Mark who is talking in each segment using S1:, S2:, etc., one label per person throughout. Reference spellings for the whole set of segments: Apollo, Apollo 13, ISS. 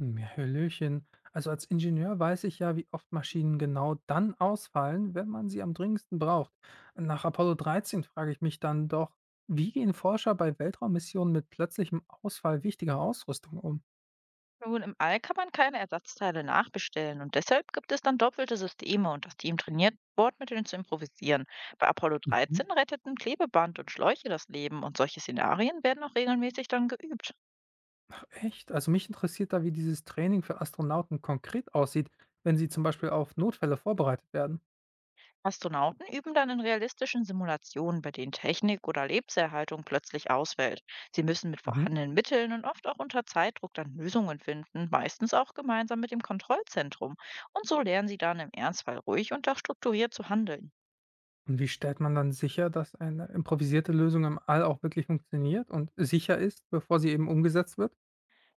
S1: Hm, ja, Hallöchen. Also als Ingenieur weiß ich ja, wie oft Maschinen genau dann ausfallen, wenn man sie am dringendsten braucht. Nach Apollo 13 frage ich mich dann doch, wie gehen Forscher bei Weltraummissionen mit plötzlichem Ausfall wichtiger Ausrüstung um?
S2: Nun, im All kann man keine Ersatzteile nachbestellen und deshalb gibt es dann doppelte Systeme und das Team trainiert, Bordmitteln zu improvisieren. Bei Apollo
S1: Mhm.
S2: 13 retteten Klebeband und Schläuche das Leben und solche Szenarien werden auch regelmäßig dann geübt.
S1: Ach, echt? Also mich interessiert da, wie dieses Training für Astronauten konkret aussieht, wenn sie zum Beispiel auf Notfälle vorbereitet werden.
S2: Astronauten üben dann in realistischen Simulationen, bei denen Technik oder Lebenserhaltung plötzlich ausfällt. Sie müssen mit
S1: Mhm.
S2: vorhandenen Mitteln und oft auch unter Zeitdruck dann Lösungen finden, meistens auch gemeinsam mit dem Kontrollzentrum. Und so lernen sie dann im Ernstfall ruhig und auch strukturiert zu handeln.
S1: Und wie stellt man dann sicher, dass eine improvisierte Lösung im All auch wirklich funktioniert und sicher ist, bevor sie eben umgesetzt wird?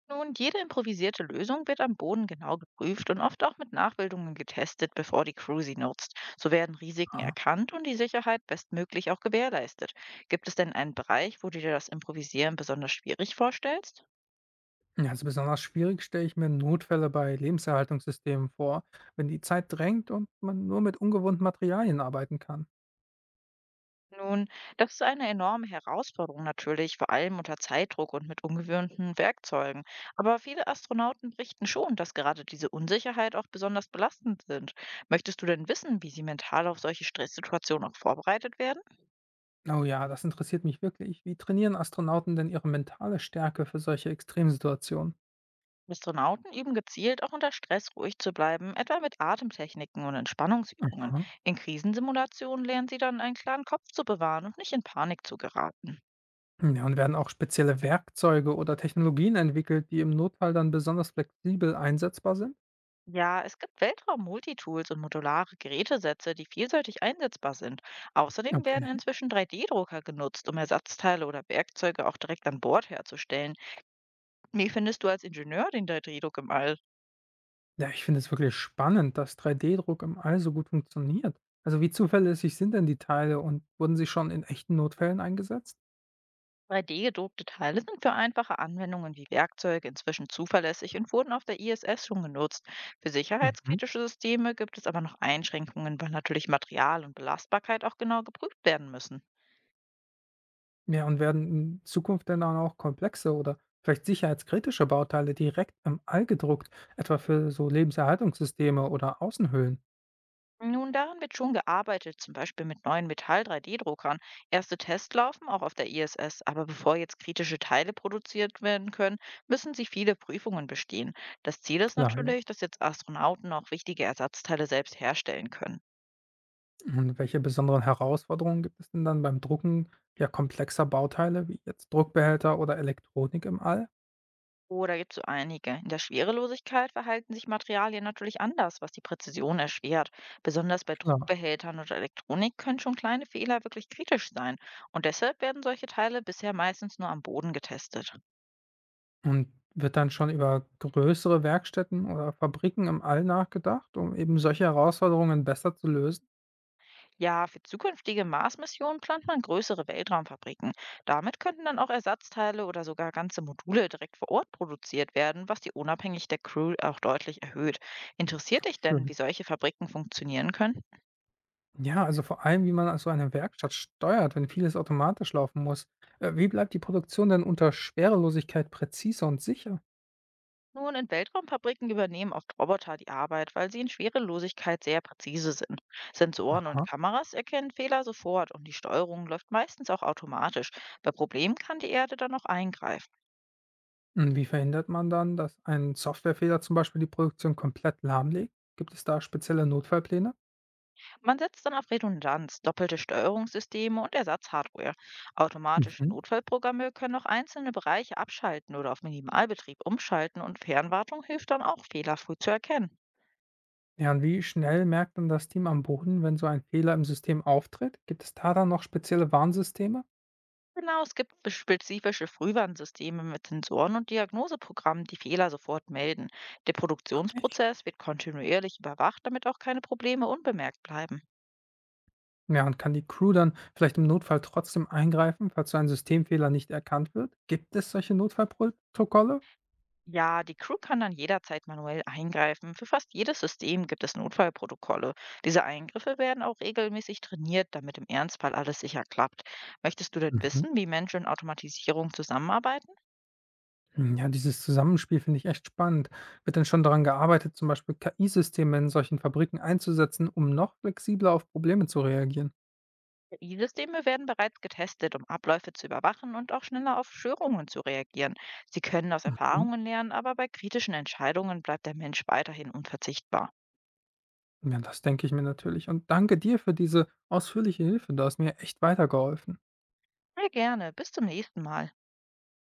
S2: Nun, jede improvisierte Lösung wird am Boden genau geprüft und oft auch mit Nachbildungen getestet, bevor die Crew sie nutzt. So werden Risiken erkannt und die Sicherheit bestmöglich auch gewährleistet. Gibt es denn einen Bereich, wo du dir das Improvisieren besonders schwierig vorstellst?
S1: Ja, also besonders schwierig stelle ich mir Notfälle bei Lebenserhaltungssystemen vor, wenn die Zeit drängt und man nur mit ungewohnten Materialien arbeiten kann.
S2: Nun, das ist eine enorme Herausforderung natürlich, vor allem unter Zeitdruck und mit ungewöhnten Werkzeugen. Aber viele Astronauten berichten schon, dass gerade diese Unsicherheit auch besonders belastend sind. Möchtest du denn wissen, wie sie mental auf solche Stresssituationen auch vorbereitet werden?
S1: Oh ja, das interessiert mich wirklich. Wie trainieren Astronauten denn ihre mentale Stärke für solche Extremsituationen?
S2: Astronauten üben gezielt, auch unter Stress ruhig zu bleiben, etwa mit Atemtechniken und Entspannungsübungen.
S1: Aha.
S2: In Krisensimulationen lernen sie dann, einen klaren Kopf zu bewahren und nicht in Panik zu geraten.
S1: Ja, und werden auch spezielle Werkzeuge oder Technologien entwickelt, die im Notfall dann besonders flexibel einsetzbar sind?
S2: Ja, es gibt Weltraum-Multitools und modulare Gerätesätze, die vielseitig einsetzbar sind. Außerdem
S1: Okay.
S2: werden inzwischen 3D-Drucker genutzt, um Ersatzteile oder Werkzeuge auch direkt an Bord herzustellen. Wie findest du als Ingenieur den 3D-Druck im All?
S1: Ja, ich finde es wirklich spannend, dass 3D-Druck im All so gut funktioniert. Also wie zuverlässig sind denn die Teile und wurden sie schon in echten Notfällen eingesetzt?
S2: 3D-gedruckte Teile sind für einfache Anwendungen wie Werkzeuge inzwischen zuverlässig und wurden auf der ISS schon genutzt. Für
S1: Mhm.
S2: sicherheitskritische Systeme gibt es aber noch Einschränkungen, weil natürlich Material und Belastbarkeit auch genau geprüft werden müssen.
S1: Ja, und werden in Zukunft dann auch komplexe oder vielleicht sicherheitskritische Bauteile direkt im All gedruckt, etwa für so Lebenserhaltungssysteme oder Außenhöhlen?
S2: Nun, daran wird schon gearbeitet, zum Beispiel mit neuen Metall-3D-Druckern. Erste Tests laufen auch auf der ISS, aber bevor jetzt kritische Teile produziert werden können, müssen sie viele Prüfungen bestehen. Das Ziel ist
S1: Klar, ja.
S2: natürlich, dass jetzt Astronauten auch wichtige Ersatzteile selbst herstellen können.
S1: Und welche besonderen Herausforderungen gibt es denn dann beim Drucken ja komplexer Bauteile wie jetzt Druckbehälter oder Elektronik im All?
S2: Oh, da gibt es so einige. In der Schwerelosigkeit verhalten sich Materialien natürlich anders, was die Präzision erschwert. Besonders bei
S1: Klar.
S2: Druckbehältern oder Elektronik können schon kleine Fehler wirklich kritisch sein. Und deshalb werden solche Teile bisher meistens nur am Boden getestet.
S1: Und wird dann schon über größere Werkstätten oder Fabriken im All nachgedacht, um eben solche Herausforderungen besser zu lösen?
S2: Ja, für zukünftige Mars-Missionen plant man größere Weltraumfabriken. Damit könnten dann auch Ersatzteile oder sogar ganze Module direkt vor Ort produziert werden, was die Unabhängigkeit der Crew auch deutlich erhöht. Interessiert dich denn,
S1: Schön.
S2: wie solche Fabriken funktionieren können?
S1: Ja, also vor allem, wie man so eine Werkstatt steuert, wenn vieles automatisch laufen muss. Wie bleibt die Produktion denn unter Schwerelosigkeit präziser und sicher?
S2: Nun, in Weltraumfabriken übernehmen oft Roboter die Arbeit, weil sie in Schwerelosigkeit sehr präzise sind. Sensoren und
S1: Aha.
S2: Kameras erkennen Fehler sofort und die Steuerung läuft meistens auch automatisch. Bei Problemen kann die Erde dann auch eingreifen.
S1: Und wie verhindert man dann, dass ein Softwarefehler zum Beispiel die Produktion komplett lahmlegt? Gibt es da spezielle Notfallpläne?
S2: Man setzt dann auf Redundanz, doppelte Steuerungssysteme und Ersatzhardware. Automatische
S1: Mhm.
S2: Notfallprogramme können auch einzelne Bereiche abschalten oder auf Minimalbetrieb umschalten und Fernwartung hilft dann auch, Fehler früh zu erkennen.
S1: Ja, und wie schnell merkt dann das Team am Boden, wenn so ein Fehler im System auftritt? Gibt es da dann noch spezielle Warnsysteme?
S2: Genau, es gibt spezifische Frühwarnsysteme mit Sensoren und Diagnoseprogrammen, die Fehler sofort melden. Der
S1: Echt?
S2: Produktionsprozess wird kontinuierlich überwacht, damit auch keine Probleme unbemerkt bleiben.
S1: Ja, und kann die Crew dann vielleicht im Notfall trotzdem eingreifen, falls so ein Systemfehler nicht erkannt wird? Gibt es solche Notfallprotokolle?
S2: Ja, die Crew kann dann jederzeit manuell eingreifen. Für fast jedes System gibt es Notfallprotokolle. Diese Eingriffe werden auch regelmäßig trainiert, damit im Ernstfall alles sicher klappt. Möchtest du denn
S1: Mhm.
S2: wissen, wie Mensch und Automatisierung zusammenarbeiten?
S1: Hm, ja, dieses Zusammenspiel finde ich echt spannend. Wird denn schon daran gearbeitet, zum Beispiel KI-Systeme in solchen Fabriken einzusetzen, um noch flexibler auf Probleme zu reagieren?
S2: Die Systeme werden bereits getestet, um Abläufe zu überwachen und auch schneller auf Störungen zu reagieren. Sie können aus
S1: Mhm.
S2: Erfahrungen lernen, aber bei kritischen Entscheidungen bleibt der Mensch weiterhin unverzichtbar.
S1: Ja, das denke ich mir natürlich. Und danke dir für diese ausführliche Hilfe. Du hast mir echt weitergeholfen.
S2: Sehr gerne. Bis zum nächsten Mal.